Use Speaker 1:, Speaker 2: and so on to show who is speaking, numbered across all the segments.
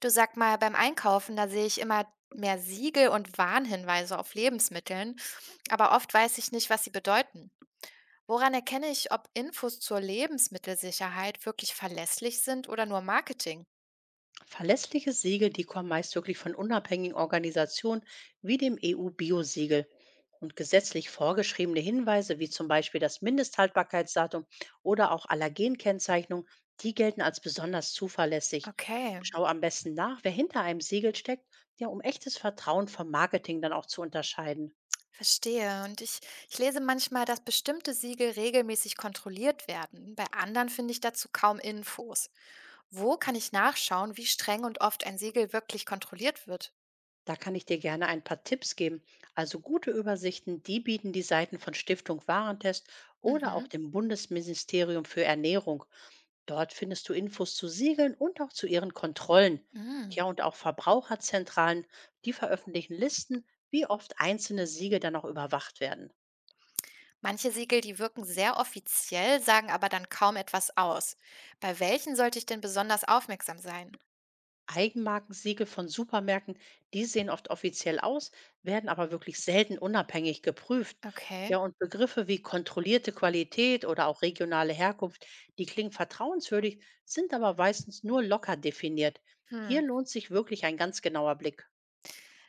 Speaker 1: Du sag mal, beim Einkaufen, da sehe ich immer mehr Siegel und Warnhinweise auf Lebensmitteln, aber oft weiß ich nicht, was sie bedeuten. Woran erkenne ich, ob Infos zur Lebensmittelsicherheit wirklich verlässlich sind oder nur Marketing?
Speaker 2: Verlässliche Siegel, die kommen meist wirklich von unabhängigen Organisationen wie dem EU-Biosiegel. Und gesetzlich vorgeschriebene Hinweise, wie zum Beispiel das Mindesthaltbarkeitsdatum oder auch Allergenkennzeichnung, die gelten als besonders zuverlässig.
Speaker 1: Okay,
Speaker 2: Schau am besten nach, wer hinter einem Siegel steckt, ja, um echtes Vertrauen vom Marketing dann auch zu unterscheiden.
Speaker 1: verstehe. Ich lese manchmal, dass bestimmte Siegel regelmäßig kontrolliert werden. Bei anderen finde ich dazu kaum Infos. Wo kann ich nachschauen, wie streng und oft ein Siegel wirklich kontrolliert wird?
Speaker 2: Da kann ich dir gerne ein paar Tipps geben. Also gute Übersichten, die bieten die Seiten von Stiftung Warentest oder auch
Speaker 1: Mhm.
Speaker 2: dem Bundesministerium für Ernährung. Dort findest du Infos zu Siegeln und auch zu ihren Kontrollen.
Speaker 1: Mm.
Speaker 2: Ja, und auch Verbraucherzentralen, die veröffentlichen Listen, wie oft einzelne Siegel dann auch überwacht werden.
Speaker 1: Manche Siegel, die wirken sehr offiziell, sagen aber dann kaum etwas aus. Bei welchen sollte ich denn besonders aufmerksam sein?
Speaker 2: Eigenmarkensiegel von Supermärkten, die sehen oft offiziell aus, werden aber wirklich selten unabhängig geprüft.
Speaker 1: Okay.
Speaker 2: Ja, und Begriffe wie kontrollierte Qualität oder auch regionale Herkunft, die klingen vertrauenswürdig, sind aber meistens nur locker definiert.
Speaker 1: Hm.
Speaker 2: Hier lohnt sich wirklich ein ganz genauer Blick.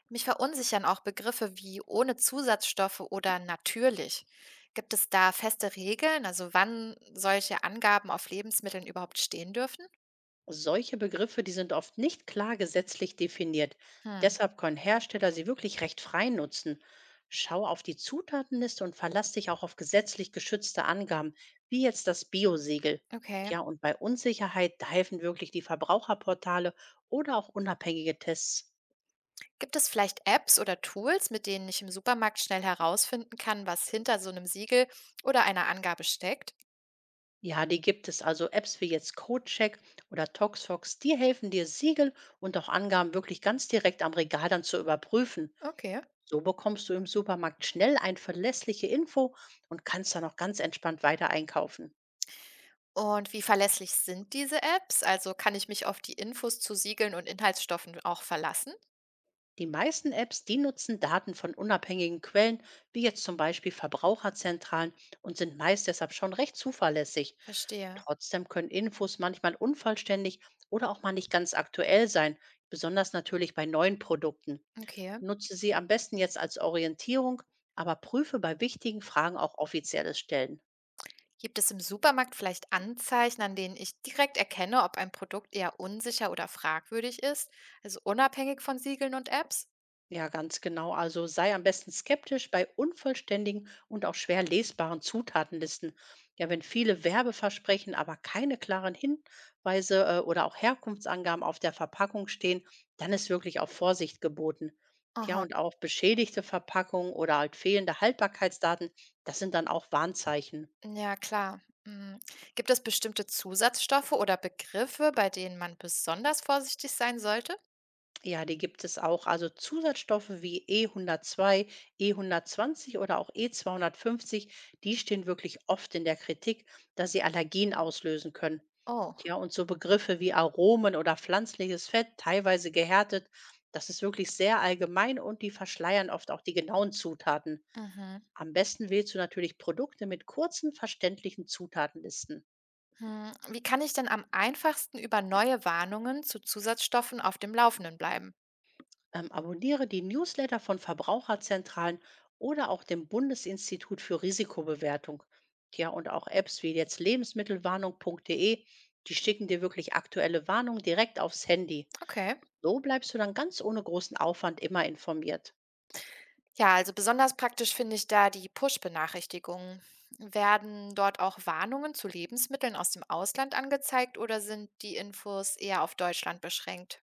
Speaker 1: Mich verunsichern auch Begriffe wie ohne Zusatzstoffe oder natürlich. Gibt es da feste Regeln, also wann solche Angaben auf Lebensmitteln überhaupt stehen dürfen?
Speaker 2: Solche Begriffe, die sind oft nicht klar gesetzlich definiert.
Speaker 1: Hm,
Speaker 2: Deshalb können Hersteller sie wirklich recht frei nutzen. Schau auf die Zutatenliste und verlass dich auch auf gesetzlich geschützte Angaben, wie jetzt das Bio-Siegel.
Speaker 1: okay.
Speaker 2: Ja, und bei Unsicherheit, da helfen wirklich die Verbraucherportale oder auch unabhängige Tests.
Speaker 1: Gibt es vielleicht Apps oder Tools, mit denen ich im Supermarkt schnell herausfinden kann, was hinter so einem Siegel oder einer Angabe steckt?
Speaker 2: Ja, die gibt es, also Apps wie jetzt CodeCheck oder ToxFox, die helfen dir Siegel und auch Angaben wirklich ganz direkt am Regal dann zu überprüfen.
Speaker 1: Okay.
Speaker 2: So bekommst du im Supermarkt schnell eine verlässliche Info und kannst dann auch ganz entspannt weiter einkaufen.
Speaker 1: Und wie verlässlich sind diese Apps? Also kann ich mich auf die Infos zu Siegeln und Inhaltsstoffen auch verlassen?
Speaker 2: Die meisten Apps, die nutzen Daten von unabhängigen Quellen, wie jetzt zum Beispiel Verbraucherzentralen, und sind meist deshalb schon recht zuverlässig.
Speaker 1: Verstehe.
Speaker 2: Trotzdem können Infos manchmal unvollständig oder auch mal nicht ganz aktuell sein, besonders natürlich bei neuen Produkten.
Speaker 1: Okay.
Speaker 2: Nutze sie am besten jetzt als Orientierung, aber prüfe bei wichtigen Fragen auch offizielle Stellen.
Speaker 1: Gibt es im Supermarkt vielleicht Anzeichen, an denen ich direkt erkenne, ob ein Produkt eher unsicher oder fragwürdig ist? Also unabhängig von Siegeln und Apps?
Speaker 2: Ja, ganz genau. Also sei am besten skeptisch bei unvollständigen und auch schwer lesbaren Zutatenlisten. Ja, wenn viele Werbeversprechen, aber keine klaren Hinweise oder auch Herkunftsangaben auf der Verpackung stehen, dann ist wirklich auch Vorsicht geboten. Tja,
Speaker 1: Aha.
Speaker 2: und auch beschädigte Verpackungen oder halt fehlende Haltbarkeitsdaten, das sind dann auch Warnzeichen.
Speaker 1: Ja, klar. Mm. Gibt es bestimmte Zusatzstoffe oder Begriffe, bei denen man besonders vorsichtig sein sollte?
Speaker 2: Ja, die gibt es auch. Also Zusatzstoffe wie E102, E120 oder auch E250, die stehen wirklich oft in der Kritik, dass sie Allergien auslösen können.
Speaker 1: Oh.
Speaker 2: Ja, und so Begriffe wie Aromen oder pflanzliches Fett, teilweise gehärtet, das ist wirklich sehr allgemein, und die verschleiern oft auch die genauen Zutaten.
Speaker 1: Mhm.
Speaker 2: Am besten wählst du natürlich Produkte mit kurzen, verständlichen Zutatenlisten.
Speaker 1: Hm, wie kann ich denn am einfachsten über neue Warnungen zu Zusatzstoffen auf dem Laufenden bleiben?
Speaker 2: Abonniere die Newsletter von Verbraucherzentralen oder auch dem Bundesinstitut für Risikobewertung. Ja, und auch Apps wie jetzt lebensmittelwarnung.de, die schicken dir wirklich aktuelle Warnungen direkt aufs Handy.
Speaker 1: Okay.
Speaker 2: So bleibst du dann ganz ohne großen Aufwand immer informiert.
Speaker 1: Ja, also besonders praktisch finde ich da die Push-Benachrichtigungen. Werden dort auch Warnungen zu Lebensmitteln aus dem Ausland angezeigt oder sind die Infos eher auf Deutschland beschränkt?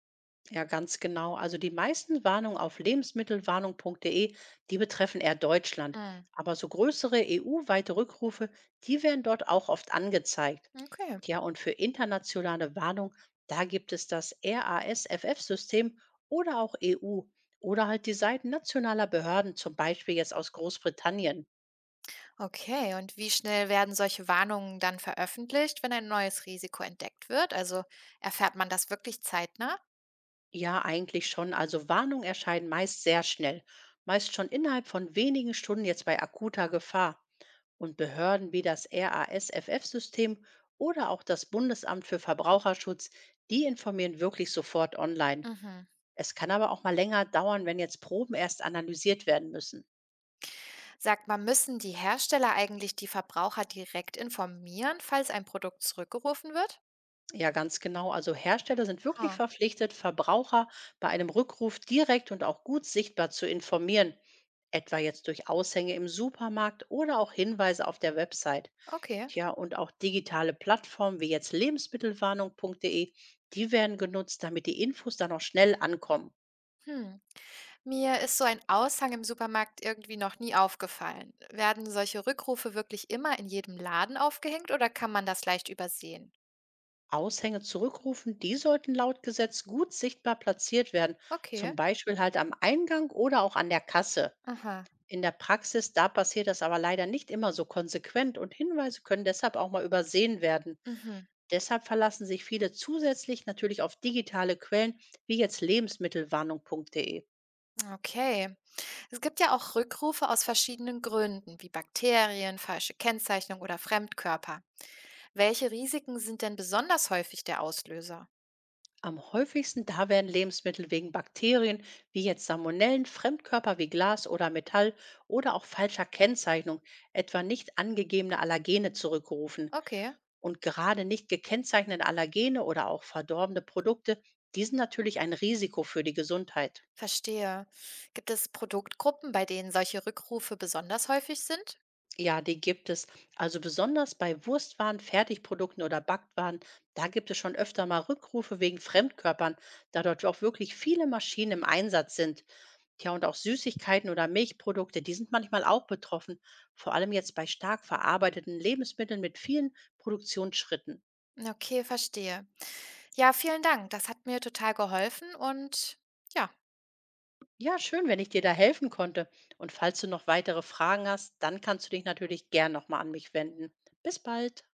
Speaker 2: Ja, ganz genau. Also die meisten Warnungen auf lebensmittelwarnung.de, die betreffen eher Deutschland.
Speaker 1: Hm,
Speaker 2: Aber so größere EU-weite Rückrufe, die werden dort auch oft angezeigt.
Speaker 1: okay.
Speaker 2: Ja, und für internationale Warnung, da gibt es das RASFF-System oder auch EU oder halt die Seiten nationaler Behörden, zum Beispiel jetzt aus Großbritannien.
Speaker 1: Okay, und wie schnell werden solche Warnungen dann veröffentlicht, wenn ein neues Risiko entdeckt wird? Also erfährt man das wirklich zeitnah?
Speaker 2: Ja, eigentlich schon. Also Warnungen erscheinen meist sehr schnell, meist schon innerhalb von wenigen Stunden jetzt bei akuter Gefahr. Und Behörden wie das RASFF-System oder auch das Bundesamt für Verbraucherschutz, die informieren wirklich sofort online.
Speaker 1: Mhm.
Speaker 2: Es kann aber auch mal länger dauern, wenn jetzt Proben erst analysiert werden müssen.
Speaker 1: Sagt man, müssen die Hersteller eigentlich die Verbraucher direkt informieren, falls ein Produkt zurückgerufen wird?
Speaker 2: Ja, ganz genau. Also Hersteller sind wirklich
Speaker 1: Ah,
Speaker 2: verpflichtet, Verbraucher bei einem Rückruf direkt und auch gut sichtbar zu informieren, etwa jetzt durch Aushänge im Supermarkt oder auch Hinweise auf der Website.
Speaker 1: okay.
Speaker 2: Tja, und auch digitale Plattformen wie jetzt lebensmittelwarnung.de, die werden genutzt, damit die Infos dann auch schnell ankommen.
Speaker 1: Hm. Mir ist so ein Aushang im Supermarkt irgendwie noch nie aufgefallen. Werden solche Rückrufe wirklich immer in jedem Laden aufgehängt oder kann man das leicht übersehen?
Speaker 2: Aushänge zurückrufen, die sollten laut Gesetz gut sichtbar platziert werden,
Speaker 1: Okay.
Speaker 2: zum Beispiel halt am Eingang oder auch an der Kasse.
Speaker 1: Aha.
Speaker 2: In der Praxis, da passiert das aber leider nicht immer so konsequent, und Hinweise können deshalb auch mal übersehen werden.
Speaker 1: Mhm.
Speaker 2: Deshalb verlassen sich viele zusätzlich natürlich auf digitale Quellen wie jetzt lebensmittelwarnung.de.
Speaker 1: Okay. Es gibt ja auch Rückrufe aus verschiedenen Gründen, wie Bakterien, falsche Kennzeichnung oder Fremdkörper. Welche Risiken sind denn besonders häufig der Auslöser?
Speaker 2: Am häufigsten, da werden Lebensmittel wegen Bakterien wie jetzt Salmonellen, Fremdkörper wie Glas oder Metall oder auch falscher Kennzeichnung, etwa nicht angegebene Allergene, zurückgerufen.
Speaker 1: Okay.
Speaker 2: Und gerade nicht gekennzeichnete Allergene oder auch verdorbene Produkte, die sind natürlich ein Risiko für die Gesundheit.
Speaker 1: Verstehe. Gibt es Produktgruppen, bei denen solche Rückrufe besonders häufig sind?
Speaker 2: Ja, die gibt es. Also besonders bei Wurstwaren, Fertigprodukten oder Backwaren, da gibt es schon öfter mal Rückrufe wegen Fremdkörpern, da dort auch wirklich viele Maschinen im Einsatz sind. Tja, und auch Süßigkeiten oder Milchprodukte, die sind manchmal auch betroffen, vor allem jetzt bei stark verarbeiteten Lebensmitteln mit vielen Produktionsschritten.
Speaker 1: Okay, verstehe. Ja, vielen Dank. Das hat mir total geholfen und ja.
Speaker 2: Ja, schön, wenn ich dir da helfen konnte. Und falls du noch weitere Fragen hast, dann kannst du dich natürlich gern nochmal an mich wenden. Bis bald.